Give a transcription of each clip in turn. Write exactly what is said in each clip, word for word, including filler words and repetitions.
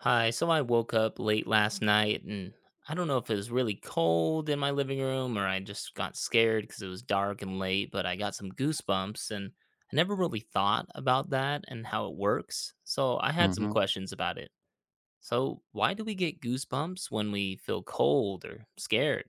Hi, so I woke up late last night and I don't know if it was really cold in my living room or I just got scared because it was dark and late, but I got some goosebumps and I never really thought about that and how it works. So I had some Hmm. questions about it. So, why do we get goosebumps when we feel cold or scared?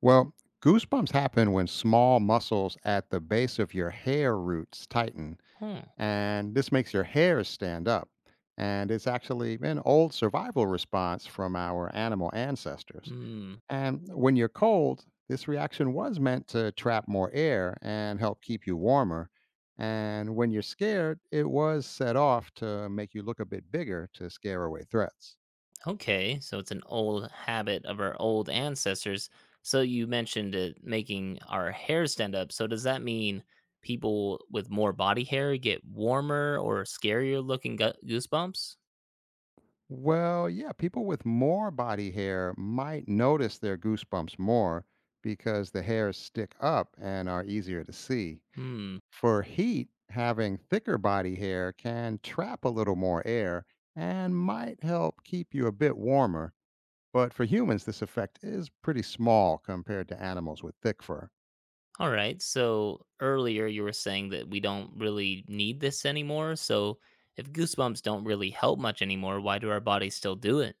Well, goosebumps happen when small muscles at the base of your hair roots tighten, Hmm. and this makes your hairs stand up. And it's actually an old survival response from our animal ancestors. Hmm. And when you're cold, this reaction was meant to trap more air and help keep you warmer. And when you're scared, it was set off to make you look a bit bigger to scare away threats. Okay, so it's an old habit of our old ancestors. So you mentioned it making our hair stand up. So does that mean people with more body hair get warmer or scarier looking gu- goosebumps? Well, yeah, people with more body hair might notice their goosebumps more because the hairs stick up and are easier to see. Hmm. For heat, having thicker body hair can trap a little more air and might help keep you a bit warmer. But for humans, this effect is pretty small compared to animals with thick fur. All right. So earlier you were saying that we don't really need this anymore. So if goosebumps don't really help much anymore, why do our bodies still do it?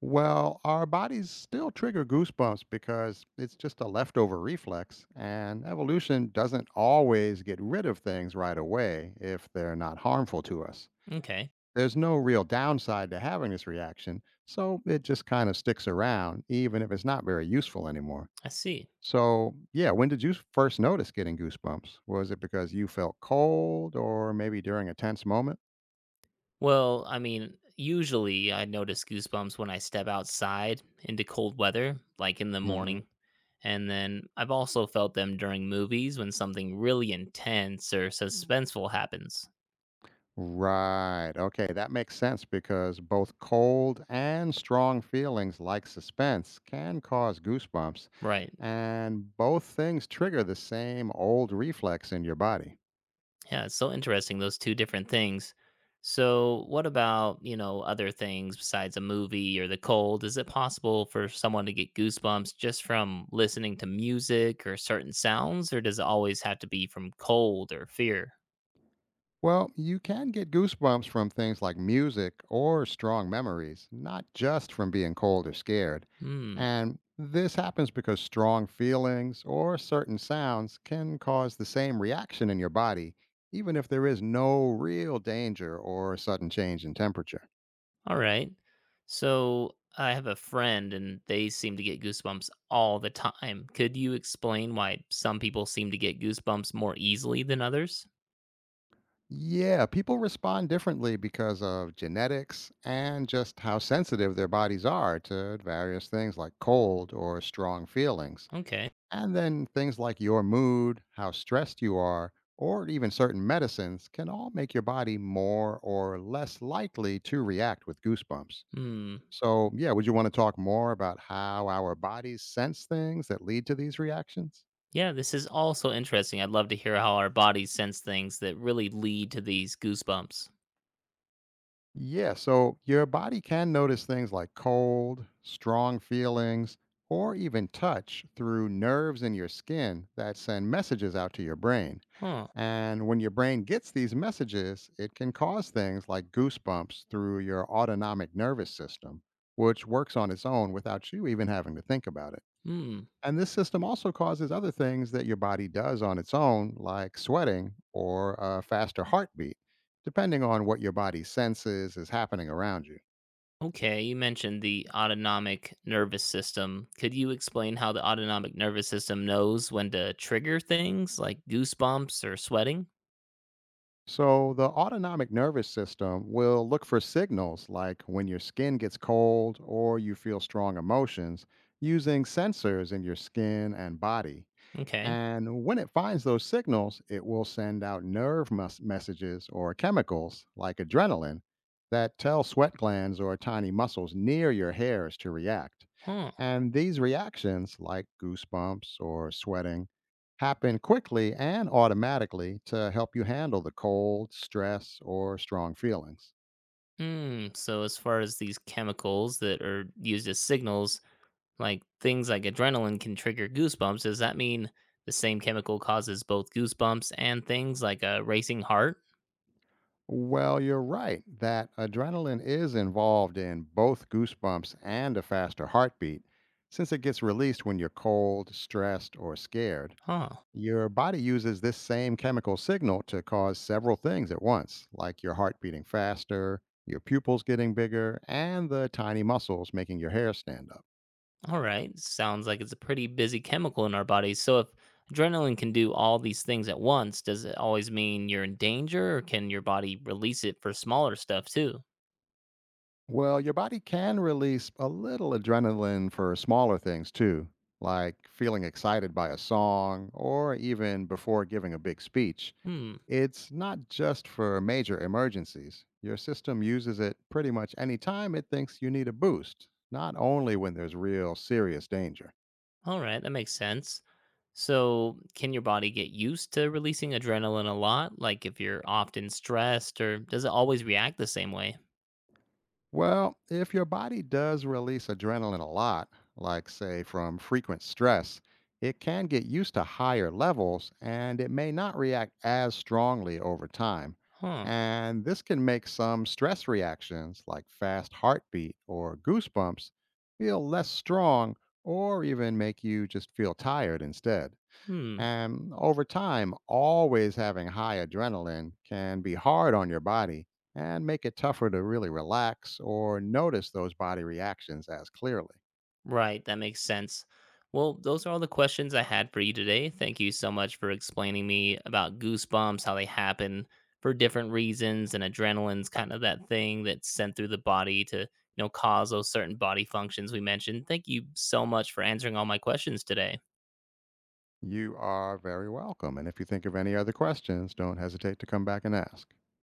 Well, our bodies still trigger goosebumps because it's just a leftover reflex, and evolution doesn't always get rid of things right away if they're not harmful to us. Okay, There's no real downside to having this reaction, so it just kind of sticks around, even if it's not very useful anymore. I see. So, yeah, when did you first notice getting goosebumps? Was it because you felt cold or maybe during a tense moment? Well, I mean, usually I notice goosebumps when I step outside into cold weather, like in the morning. And then I've also felt them during movies when something really intense or Mm. suspenseful happens. Right. Okay, that makes sense because both cold and strong feelings like suspense can cause goosebumps, Right. and both things trigger the same old reflex in your body. Yeah, it's so interesting, those two different things. So, what about, you know, other things besides a movie or the cold? Is it possible for someone to get goosebumps just from listening to music or certain sounds, or does it always have to be from cold or fear? Well, you can get goosebumps from things like music or strong memories, not just from being cold or scared. Hmm. And this happens because strong feelings or certain sounds can cause the same reaction in your body, even if there is no real danger or a sudden change in temperature. All right. So I have a friend and they seem to get goosebumps all the time. Could you explain why some people seem to get goosebumps more easily than others? Yeah, people respond differently because of genetics and just how sensitive their bodies are to various things like cold or strong feelings. Okay. And then things like your mood, how stressed you are, or even certain medicines can all make your body more or less likely to react with goosebumps. Hmm. So, yeah, would you want to talk more about how our bodies sense things that lead to these reactions? Yeah, this is also interesting. I'd love to hear how our bodies sense things that really lead to these goosebumps. Yeah, so your body can notice things like cold, strong feelings, or even touch through nerves in your skin that send messages out to your brain. Huh. And when your brain gets these messages, it can cause things like goosebumps through your autonomic nervous system, which works on its own without you even having to think about it. Hmm. And this system also causes other things that your body does on its own, like sweating or a faster heartbeat, depending on what your body senses is happening around you. Okay, you mentioned the autonomic nervous system. Could you explain how the autonomic nervous system knows when to trigger things like goosebumps or sweating? So, the autonomic nervous system will look for signals like when your skin gets cold or you feel strong emotions using sensors in your skin and body. Okay. And when it finds those signals, it will send out nerve mus- messages or chemicals like adrenaline that tell sweat glands or tiny muscles near your hairs to react. Huh. And these reactions, like goosebumps or sweating, happen quickly and automatically to help you handle the cold, stress, or strong feelings. Mm, so as far as these chemicals that are used as signals, like things like adrenaline can trigger goosebumps, does that mean the same chemical causes both goosebumps and things like a racing heart? Well, you're right that adrenaline is involved in both goosebumps and a faster heartbeat, since it gets released when you're cold, stressed, or scared. Huh. Your body uses this same chemical signal to cause several things at once, like your heart beating faster, your pupils getting bigger, and the tiny muscles making your hair stand up. All right. Sounds like it's a pretty busy chemical in our bodies. So if adrenaline can do all these things at once, does it always mean you're in danger or can your body release it for smaller stuff too? Well, your body can release a little adrenaline for smaller things too, like feeling excited by a song or even before giving a big speech. Hmm. It's not just for major emergencies. Your system uses it pretty much any time it thinks you need a boost, not only when there's real serious danger. All right, that makes sense. So, can your body get used to releasing adrenaline a lot? Like if you're often stressed, or does it always react the same way? Well, if your body does release adrenaline a lot, like say from frequent stress, it can get used to higher levels and it may not react as strongly over time. Huh. And this can make some stress reactions, like fast heartbeat or goosebumps, feel less strong or even make you just feel tired instead. Hmm. And over time, always having high adrenaline can be hard on your body and make it tougher to really relax or notice those body reactions as clearly. Right, that makes sense. Well, those are all the questions I had for you today. Thank you so much for explaining me about goosebumps, how they happen for different reasons, and adrenaline's kind of that thing that's sent through the body to, you know, cause those certain body functions we mentioned. Thank you so much for answering all my questions today. You are very welcome. And if you think of any other questions, don't hesitate to come back and ask.